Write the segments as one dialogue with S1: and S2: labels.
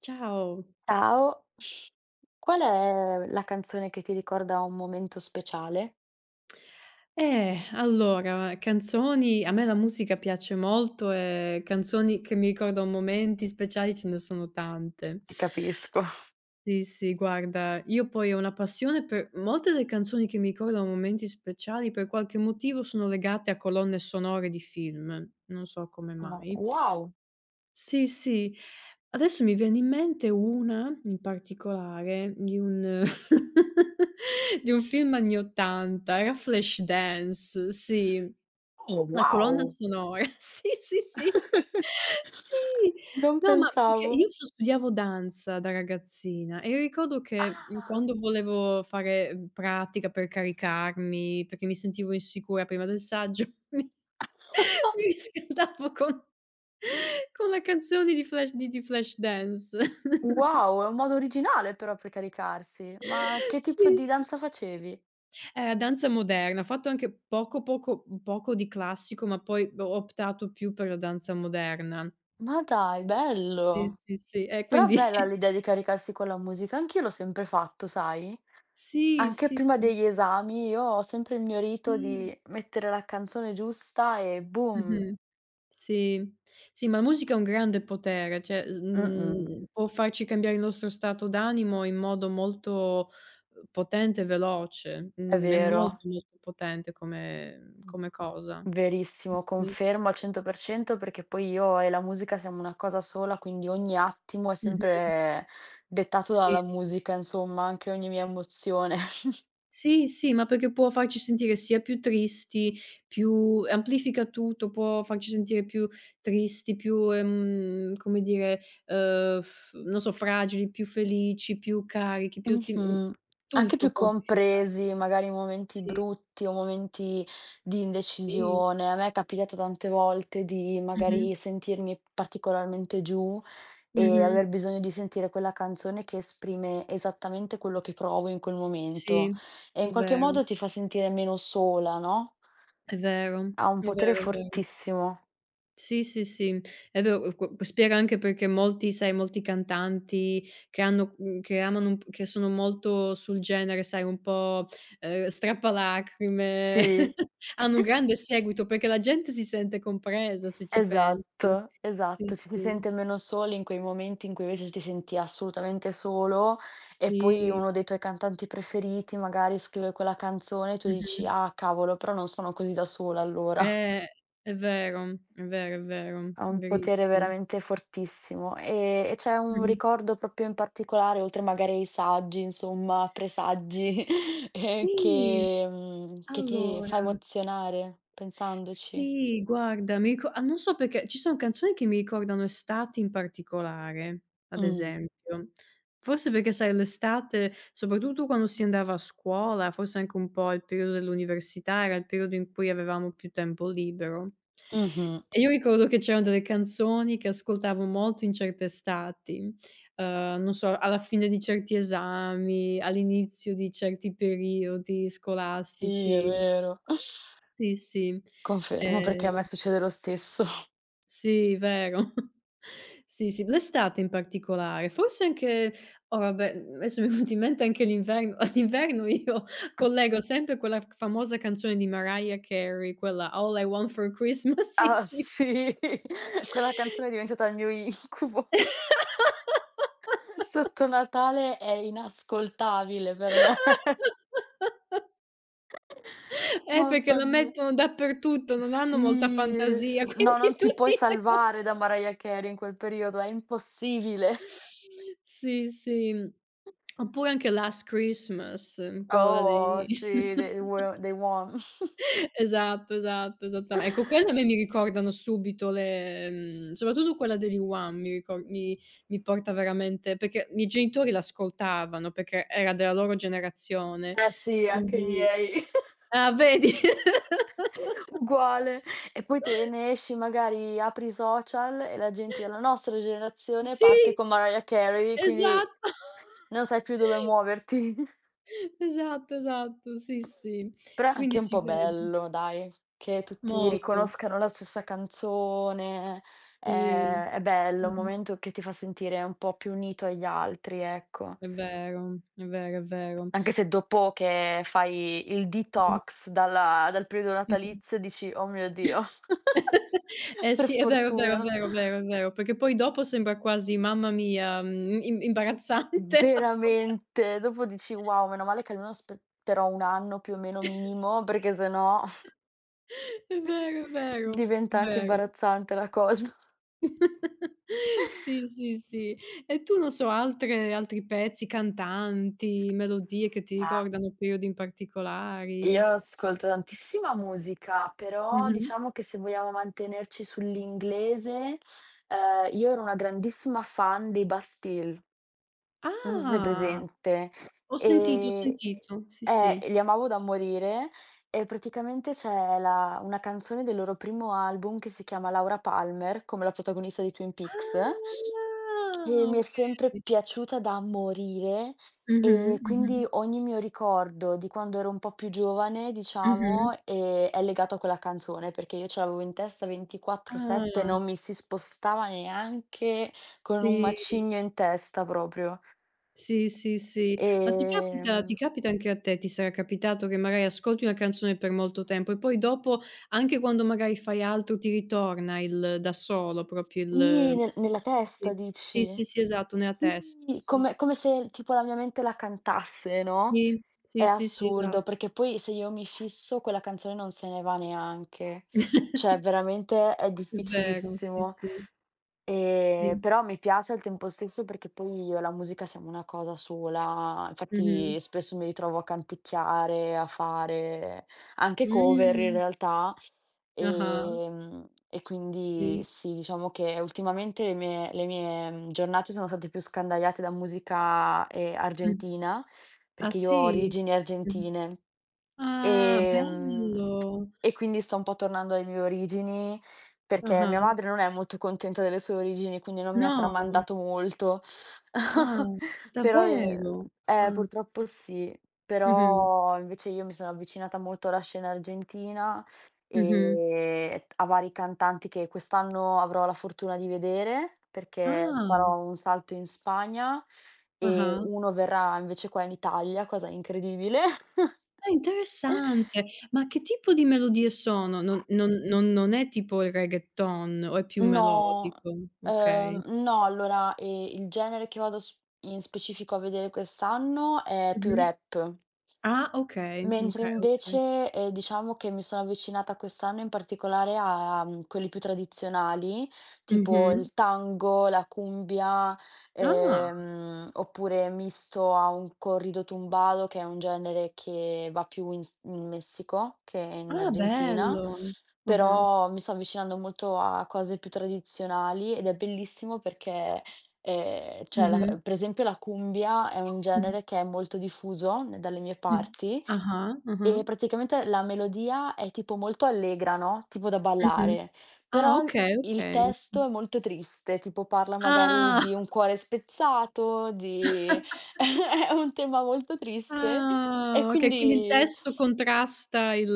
S1: Ciao.
S2: Ciao, qual è la canzone che ti ricorda un momento speciale?
S1: Allora, canzoni a me la musica piace molto e canzoni che mi ricordano momenti speciali ce ne sono tante.
S2: Ti capisco.
S1: Sì, sì, guarda, io poi ho una passione per molte delle canzoni che mi ricordano momenti speciali, per qualche motivo sono legate a colonne sonore di film, non so come
S2: No,
S1: mai.
S2: wow!
S1: Sì, sì. Adesso mi viene in mente una in particolare di un di un film anni '80, era Flashdance, sì,
S2: Oh,
S1: la colonna
S2: wow!
S1: sonora. Sì, sì, sì. Sì.
S2: Non
S1: No, ma perché
S2: pensavo.
S1: io studiavo danza da ragazzina e ricordo che,
S2: Ah!
S1: quando volevo fare, pratica per caricarmi, perché mi sentivo insicura prima del saggio, mi Mi riscaldavo con la canzone di Flashdance.
S2: Wow, è un modo originale però per caricarsi. Ma che tipo
S1: Sì,
S2: di
S1: sì.
S2: danza facevi?
S1: Era danza moderna, ho fatto anche poco poco di classico, ma poi ho optato più per la danza moderna.
S2: Ma dai,
S1: Sì,
S2: bello!
S1: sì, sì, e
S2: Però
S1: quindi
S2: bella l'idea di caricarsi con la musica, anch'io l'ho sempre fatto, sai?
S1: sì,
S2: Anche
S1: sì,
S2: prima
S1: sì.
S2: degli esami io ho sempre il mio rito
S1: Sì.
S2: di mettere la canzone giusta e boom!
S1: Mh-mh. Sì, sì, ma la musica ha un grande potere, cioè,
S2: Mh-mh.
S1: mhmm, può farci cambiare il nostro stato d'animo in modo molto, potente e veloce.
S2: È
S1: Mhmm, è
S2: vero,
S1: molto, molto potente come cosa.
S2: verissimo,
S1: Sì.
S2: confermo al 100% perché poi io e la musica siamo una cosa sola, quindi ogni attimo è
S1: Mh-mh.
S2: sempre dettato
S1: Sì.
S2: dalla musica, insomma, anche ogni mia emozione.
S1: Sì, sì, ma perché può farci sentire sia più tristi, più amplifica tutto, può farci sentire più tristi, più, come dire, non so, fragili, più felici, più carichi, più ottimi,
S2: Mh-mh. Anche più
S1: tutto può amplificare.
S2: compresi, magari in momenti
S1: Sì,
S2: brutti o momenti di
S1: sì.
S2: indecisione. A me è capitato tante volte di
S1: Mh-mh,
S2: magari sentirmi particolarmente giù e
S1: mh-mh.
S2: aver bisogno di sentire quella canzone che esprime esattamente quello che provo in quel
S1: Sì,
S2: momento e
S1: è
S2: in qualche
S1: vero,
S2: modo ti fa sentire meno sola, no,
S1: è vero,
S2: ha un
S1: è
S2: potere
S1: vero, è vero.
S2: fortissimo.
S1: Sì, sì, sì, è vero, qu spiega anche perché molti, sai, molti cantanti che hanno che amano un p che sono molto sul genere, sai, un po', strappalacrime,
S2: Sì.
S1: hanno un grande seguito perché la gente si sente compresa, se ci pensi.
S2: Esatto,
S1: Sì,
S2: esatto, ci si
S1: sì,
S2: sente meno soli in quei momenti in cui invece ti senti assolutamente solo e poi
S1: sì,
S2: uno dei tuoi cantanti preferiti magari scrive quella canzone e tu dici:
S1: mh-mh.
S2: "Ah cavolo, però non sono così da sola allora."
S1: Eh, è vero, è vero, è vero,
S2: Ha un potere
S1: verissimo.
S2: veramente fortissimo. E c'è un
S1: Mh-mh.
S2: ricordo proprio in particolare, oltre magari ai saggi, insomma, presagi,
S1: Sì,
S2: che che ti fa
S1: allora,
S2: emozionare pensandoci?
S1: sì, guarda, mi rico ah, non so perché, ci son canzoni che mi ricordano estati in particolare, ad
S2: Mh.
S1: esempio. Forse perché, sai, l'estate, soprattutto quando si andava a scuola, forse anche un po' il periodo dell'università, era il periodo in cui avevamo più tempo libero.
S2: Mh-mh.
S1: E io ricordo che c'erano delle canzoni che ascoltavo molto in certe estati, non so, alla fine di certi esami, all'inizio di certi periodi
S2: Sì, è
S1: scolastici.
S2: vero.
S1: Sì, sì.
S2: Confermo, perché
S1: Ehm,
S2: a me succede lo stesso.
S1: sì, vero. Sì, sì, l'estate in particolare, forse anche oh, vabbè, adesso mi è venuto in mente anche l'inverno. All'inverno io collego sempre quella f famosa canzone di Mariah Carey, quella "All I Want for Christmas", sì,
S2: Ah
S1: sì.
S2: sì, quella canzone è diventata il mio incubo. Sotto Natale è inascoltabile per me.
S1: Perché
S2: Mamma
S1: la
S2: mia.
S1: mettono dappertutto, non hanno molta
S2: Sì,
S1: fantasia, quindi
S2: no, non ti puoi
S1: tutti la co.
S2: salvare da Mariah Carey in quel periodo, è impossibile.
S1: Sì, sì, oppure anche Last Christmas, quella
S2: Oh
S1: dei
S2: sì, they won.
S1: esatto, esatto, esattame ecco, quelle a me mi ricordano subito le soprattutto quella degli Wham mi ricor mi mi porta veramente, perché i miei genitori l'ascoltavano, perché era della loro generazione,
S2: Eh sì, anche i
S1: quindi
S2: miei.
S1: ah, vedi?
S2: Uguale. E poi te ne esci, magari apri i social e la gente della nostra generazione parte
S1: Sì,
S2: con Mariah Carey, quindi
S1: esatto.
S2: non sai più dove muoverti.
S1: Esatto, esatto, sì, sì.
S2: Però è anche
S1: Quindi
S2: un
S1: si
S2: po'
S1: vede.
S2: bello, dai, che tutti
S1: Molto.
S2: riconoscano la stessa canzone. È
S1: Sì.
S2: è bello, un
S1: Mh-mh.
S2: momento che ti fa sentire un po' più unito agli altri, ecco.
S1: È vero, è vero, è vero.
S2: Anche se dopo che fai il
S1: Mh.
S2: detox dal periodo
S1: Mh-mh.
S2: natalizio dici: "Oh mio Dio,
S1: Eh
S2: per
S1: sì, è vero, è vero, è
S2: fortuna."
S1: vero, è vero, è vero, perché poi dopo sembra quasi, mamma mia, im imbarazzante, ascolta,
S2: Veramente. Dopo dici: "Wow, meno male che almeno aspetterò 1 anno più o meno minimo, perché sennò
S1: è vero, è vero, è
S2: diventa anche
S1: vero.
S2: imbarazzante la cosa."
S1: Sì, sì, sì. E tu, non so, altre altri pezzi, cantanti, melodie che ti
S2: Ah,
S1: ricordano periodi in
S2: io
S1: particolari?
S2: ascolto tantissima musica, però
S1: Mh-mh.
S2: diciamo che se vogliamo mantenerci sull'inglese, io ero una grandissima fan dei Bastille. Non so se hai
S1: Ah!
S2: presente.
S1: Ho sentito, ho
S2: Ehm,
S1: sentito. Sì, sì.
S2: li amavo da morire e praticamente c'è la una canzone del loro primo album che si chiama Laura Palmer, come la protagonista di Twin Peaks, che
S1: Ah,
S2: mi è sempre
S1: okay.
S2: piaciuta da morire
S1: Mh-mh,
S2: e
S1: mh-mh,
S2: quindi ogni mio ricordo di quando ero un po' più giovane, diciamo,
S1: mh-mh.
S2: è legato a quella canzone, perché io ce l'avevo in testa 24/7,
S1: Ah,
S2: non mi si spostava neanche con un
S1: sì,
S2: macigno in testa proprio.
S1: sì, sì, sì. Ma ti capita ti
S2: Ehm,
S1: capita anche a te, ti sarà capitato che magari ascolti una canzone per molto tempo e poi dopo, anche quando magari fai altro, ti ritorna il da solo, proprio
S2: ih,
S1: il,
S2: ne Nella testa
S1: sì, sì,
S2: dici?
S1: sì, sì, esatto, nella testa,
S2: Sì,
S1: sì.
S2: come se tipo la mia mente la cantasse, no,
S1: Sì,
S2: è
S1: sì, sì, sì,
S2: assurdo,
S1: esatto.
S2: perché poi se io mi fisso quella canzone non se ne va neanche. Cioè veramente è
S1: È vero, sì,
S2: difficilissimo,
S1: sì, sì.
S2: però mi piace al tempo stesso perché poi io e la musica siamo una cosa sola,
S1: Mh-mh.
S2: infatti spesso mi ritrovo a canticchiare, a fare anche cover in
S1: Mh.
S2: realtà.
S1: Ah-ah,
S2: E quindi
S1: sì.
S2: sì, diciamo che ultimamente le mie, giornate sono state più scandagliate da musica,
S1: Mh.
S2: argentina,
S1: Ah
S2: perché io ho
S1: sì?
S2: origini
S1: Mh.
S2: argentine.
S1: Ah,
S2: Ehm,
S1: bello.
S2: e quindi sto un po' tornando alle mie origini, perché mia
S1: Ah-ah.
S2: madre non è molto contenta delle sue origini, quindi non mi ha
S1: No.
S2: tramandato molto.
S1: Ah,
S2: Però,
S1: davvero? Ah.
S2: purtroppo sì.
S1: Mh-mh.
S2: Però invece io mi sono avvicinata molto alla scena argentina
S1: Mh-mh.
S2: e a vari cantanti che quest'anno avrò la fortuna di vedere, perché
S1: Ah.
S2: farò un salto in Spagna e
S1: Ah-ah.
S2: uno verrà invece qua in Italia, cosa incredibile.
S1: Ah, interessante. Ma che tipo di melodie sono? Non è tipo il reggaeton o è più
S2: No,
S1: melodico? Okay.
S2: no allora, il genere che vado s in specifico a vedere quest'anno è più
S1: Mh-mh.
S2: rap.
S1: Ah, okay,
S2: Mentre
S1: okay, okay.
S2: invece, diciamo che mi sono avvicinata quest'anno in particolare a quelli più tradizionali, tipo
S1: Mh-mh.
S2: il tango, la cumbia,
S1: Ah.
S2: oppure misto a un corrido tumbado, che è un genere che va più in Messico che in
S1: Ah,
S2: Argentina,
S1: bello. Ah-ah.
S2: però mi sto avvicinando molto a cose più tradizionali ed è bellissimo perché, cioè la
S1: Mh-mh.
S2: per esempio la cumbia è un
S1: Mh.
S2: genere che è molto diffuso n dalle mie
S1: Mh.
S2: parti
S1: Ah-ah,
S2: e
S1: ah-ah.
S2: praticamente la melodia è tipo molto allegra, no, tipo da
S1: Mh-mh.
S2: ballare,
S1: Ah,
S2: però l
S1: okay,
S2: il
S1: okay.
S2: testo è molto triste, tipo parla magari
S1: Ah,
S2: di un cuore spezzato, di è un tema molto triste e
S1: ah, okay, quindi il
S2: quindi
S1: testo contrasta il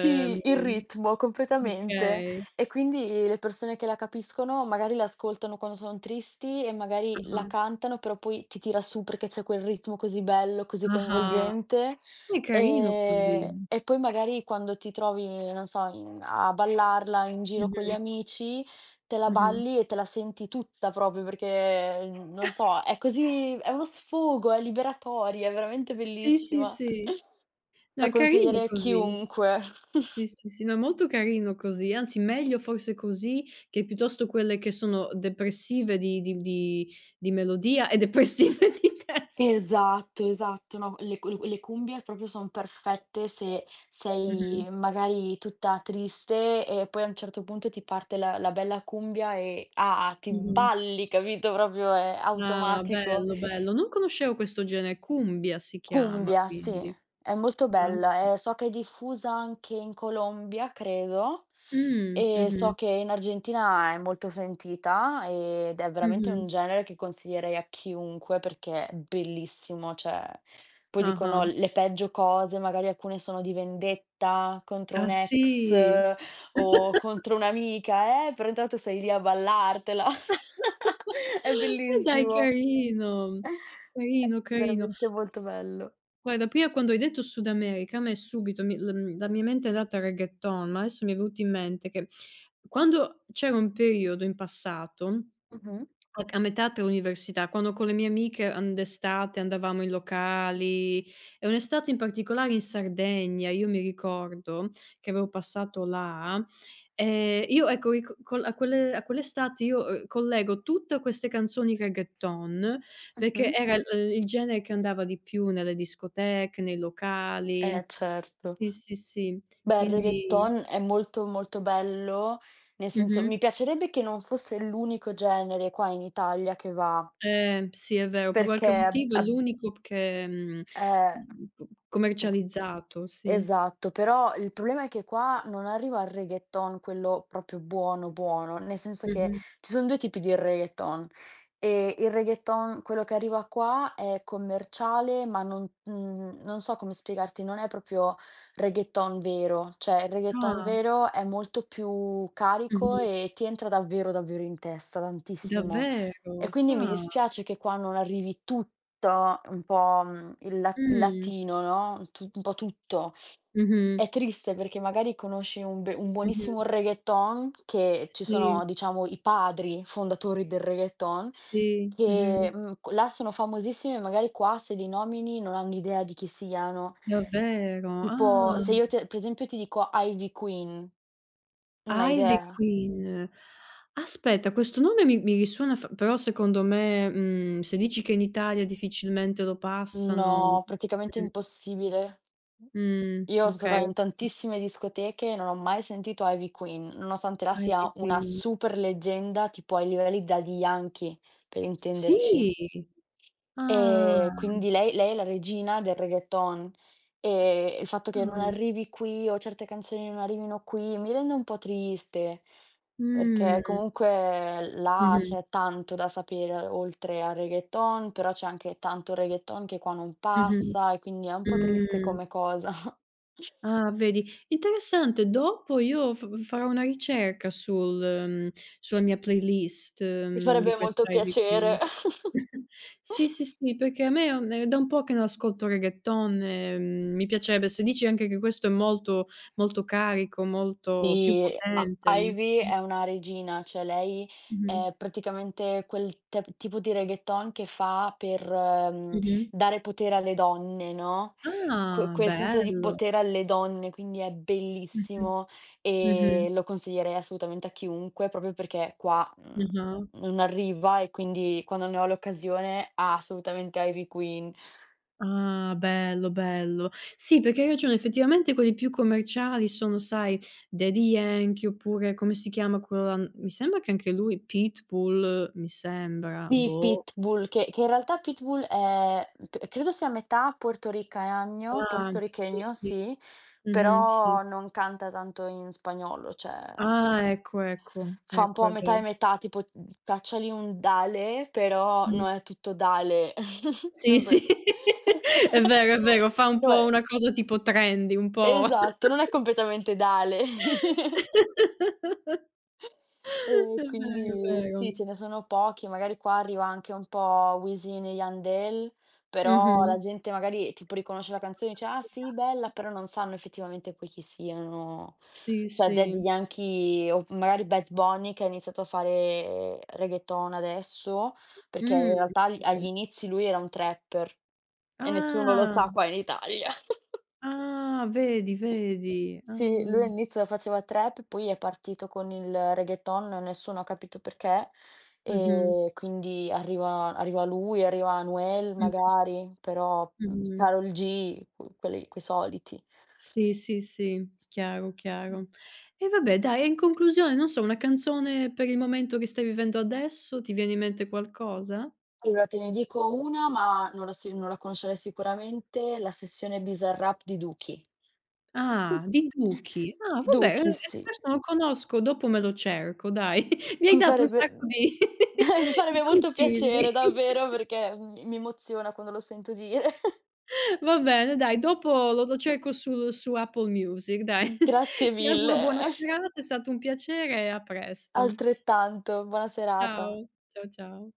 S2: sì, il
S1: mhmm,
S2: ritmo completamente.
S1: okay.
S2: E quindi le persone che la capiscono magari l'ascoltano quando sono tristi e magari la
S1: Ah-ah,
S2: cantano, però poi ti tira su perché c'è quel ritmo così bello, così
S1: ah-ah.
S2: coinvolgente.
S1: È carino così.
S2: E poi magari quando ti trovi, non so, in a ballarla in giro con gli
S1: Mh-mh,
S2: amici, te la
S1: mh-mh.
S2: balli e te la senti tutta proprio perché, non so, è uno sfogo, è liberatoria, è veramente
S1: Sì, sì,
S2: bellissima.
S1: sì. No,
S2: La
S1: è carino
S2: consiglierei a
S1: così.
S2: chiunque.
S1: Sì, sì, sì, no, è molto carino così, anzi meglio forse così che piuttosto quelle che sono depressive di di melodia e depressive di testo.
S2: Esatto, esatto, no, le cumbie proprio son perfette se
S1: Mh-mh,
S2: sei magari tutta triste e poi a un certo punto ti parte la bella cumbia e, ah, ti
S1: mh-mh.
S2: balli, capito, proprio è
S1: Ah,
S2: automatico.
S1: bello, bello. Non conoscevo questo genere, cumbia si chiama
S2: Cumbia, sì,
S1: quindi.
S2: è molto
S1: Ah.
S2: bella e so che è diffusa anche in Colombia, credo, e so
S1: Mh-mh,
S2: che in Argentina è molto sentita ed è veramente un
S1: mh-mh.
S2: genere che consiglierei a chiunque perché è bellissimo, cioè poi dicono
S1: Ah-ah.
S2: le peggio cose, magari alcune sono di vendetta contro un
S1: Ah sì?
S2: ex o contro un'amica, però intanto sei lì a ballartela. È
S1: E dai,
S2: bellissimo.
S1: carino,
S2: È
S1: carino, carino.
S2: veramente molto bello.
S1: Guarda, prima quando hai detto Sud America a me subito mi l la mia mente è andata al reggaeton, ma adesso mi è venuto in mente che quando c'era un periodo in passato,
S2: Mh-mh.
S1: a metà dell'università, quando con le mie amiche, an d'estate andavamo in locali, e un'estate in particolare in Sardegna, io mi ricordo che avevo passato là, io ecco ric col a quelle a quell'estate io, collego tutte queste canzoni reggaeton,
S2: Mh-mh.
S1: perché era il genere che andava di più nelle discoteche, nei locali.
S2: Eh certo.
S1: Sì, sì, sì,
S2: Beh, il
S1: quindi
S2: reggaeton è molto, molto bello, nel senso
S1: mh-mh.
S2: mi piacerebbe che non fosse l'unico genere qua in Italia che va,
S1: Sì è vero, per
S2: perché
S1: qualche
S2: ab
S1: motivo è
S2: ab
S1: l'unico p che, mhmm,
S2: ehm
S1: mhmm, co commercializzato, sì.
S2: Esatto, però il problema è che qua non arriva il reggaeton, quello proprio buono buono, nel senso che
S1: Mh-mh.
S2: ci son 2 tipi di reggaeton, e il reggaeton quello che arriva qua è commerciale, ma non non so come spiegarti, non è proprio reggaeton vero, cioè il reggaeton
S1: Ah,
S2: vero è molto più carico
S1: mh-mh.
S2: e ti entra davvero, davvero in testa, tantissimo. E
S1: Davvero?
S2: quindi mi
S1: Ah,
S2: dispiace che qua non arrivi tutto un po', il la il
S1: mh.
S2: latino, no, tu un po' tutto.
S1: Mh-mh.
S2: È triste perché magari conosci un
S1: Mh-mh.
S2: buonissimo reggaeton, che ci
S1: Sì,
S2: sono diciamo i padri fondatori del reggaeton,
S1: sì,
S2: che,
S1: mh-mh.
S2: mhmm, q là sono famosissimi e magari qua se li nomini non hanno idea di chi siano.
S1: Davvero?
S2: Tipo
S1: Ah.
S2: se io te per esempio ti dico Ivy Queen, non hai
S1: Ivy
S2: idea.
S1: Queen. Aspetta, questo nome mi risuona f però secondo me, se dici che in Italia difficilmente lo passano,
S2: No, praticamente impossibile. Io son stata
S1: okay,
S2: in
S1: okay.
S2: tantissime discoteche e non ho mai sentito Ivy Queen, nonostante là sia
S1: Ivy
S2: una
S1: Queen.
S2: super leggenda tipo ai livelli Daddy Yankee, per
S1: Sì.
S2: intenderci.
S1: Ah.
S2: Quindi lei è la regina del reggaeton, e il fatto che non
S1: Ah.
S2: arrivi qui o certe canzoni non arrivino qui mi rende un po' triste, perché
S1: Mh.
S2: comunque là
S1: Mh-mh.
S2: c'è tanto da sapere oltre al reggaeton, però c'è anche tanto reggaeton che qua non
S1: Mh-mh.
S2: passa e quindi è un po' triste
S1: Mh.
S2: come cosa.
S1: Ah, vedi, interessante. Dopo io f farò una ricerca sul sulla mia playlist,
S2: Mi
S1: mhmm, di
S2: farebbe molto
S1: questa Ivy Queen.
S2: piacere.
S1: Sì, sì, sì, perché a me è da un po' che non ascolto reggaeton e, mi piacerebbe. Se dici anche che questo è molto molto carico, molto più
S2: Sì, I
S1: potente.
S2: Ivy
S1: Mh.
S2: è una regina, cioè lei
S1: Mh-mh.
S2: è praticamente quel tep tipo di reggaeton che fa per,
S1: Mh-mh.
S2: dare potere alle donne, no,
S1: Ah,
S2: quel senso di
S1: bello.
S2: potere alle donne, quindi è
S1: Mh-mh.
S2: bellissimo
S1: Mh-mh.
S2: e lo consiglierei assolutamente a chiunque, proprio perché qua,
S1: Ah-ah.
S2: non arriva e quindi quando ne ho l'occasione ah, assolutamente Ivy Queen.
S1: Ah, bello, bello. Sì, perché hai ragione, effettivamente quelli più commerciali sono, sai, Daddy Yankee oppure come si chiama quello là, mi sembra che anche lui Pitbull, mi sembra,
S2: Sì,
S1: boh.
S2: Pitbull, che in realtà Pitbull è p credo sia a metà portoricagno
S1: Ah, sì,
S2: portorichegno,
S1: sì.
S2: sì,
S1: Mh-mh, sì.
S2: però non canta tanto in spagnolo, cioè
S1: Ah, ecco, ecco,
S2: fa un po'
S1: ecco,
S2: a
S1: è
S2: metà e
S1: vero.
S2: metà, tipo, cacciali un Dale, però
S1: Mh.
S2: non è tutto Dale,
S1: Sì,
S2: non so
S1: sì, è vero, fa un
S2: No
S1: po' una cosa tipo trendy, un
S2: è
S1: po'
S2: esatto, non è completamente Dale.
S1: è
S2: E
S1: vero,
S2: quindi
S1: è
S2: sì,
S1: vero.
S2: ce ne sono pochi, magari qua arriva anche un po' Wisin e Yandel, però la
S1: Mh-mh.
S2: gente magari tipo riconosce la canzone e dice: "Ah sì, bella", però non sanno effettivamente poi chi siano.
S1: Sì,
S2: Cioè Daddy
S1: sì.
S2: Yankee o magari Bad Bunny che ha iniziato a fare reggaeton adesso, perché in
S1: Mh,
S2: realtà agli
S1: okay.
S2: inizi lui era un trapper e nessuno lo
S1: Ah,
S2: sa qua in Italia.
S1: ah, vedi, vedi.
S2: Sì, lui
S1: Ah.
S2: all'inizio faceva trap, poi è partito con il reggaeton, nessuno ha capito perché,
S1: Mh-mh,
S2: e quindi arriva lui, arriva Anuel
S1: mh-mh,
S2: magari, però,
S1: mh-mh.
S2: Karol G, quelli quei soliti.
S1: Sì, sì, sì, chiaro,
S2: Mh.
S1: chiaro. E vabbè dai, e in conclusione, non so, una canzone per il momento che stai vivendo adesso, ti viene in mente qualcosa?
S2: Allora te ne dico una, ma non la conoscerai sicuramente, la sessione Bizarrap di Duki.
S1: Ah, di Duki. Ah, vabbè,
S2: Duki,
S1: anche
S2: sì.
S1: questo non lo conosco, dopo me lo cerco dai. Mi hai
S2: Mi
S1: dato un
S2: farebbe
S1: sacco di
S2: mi
S1: di
S2: farebbe molto piacere
S1: consigli.
S2: davvero perché mi emoziona quando lo sento dire.
S1: Va bene dai, dopo lo cerco sul su Apple Music dai.
S2: Grazie
S1: Ti
S2: mille,
S1: auguro buona serata, è stato un piacere e a presto.
S2: altrettanto, buona serata.
S1: Ciao, ciao, ciao.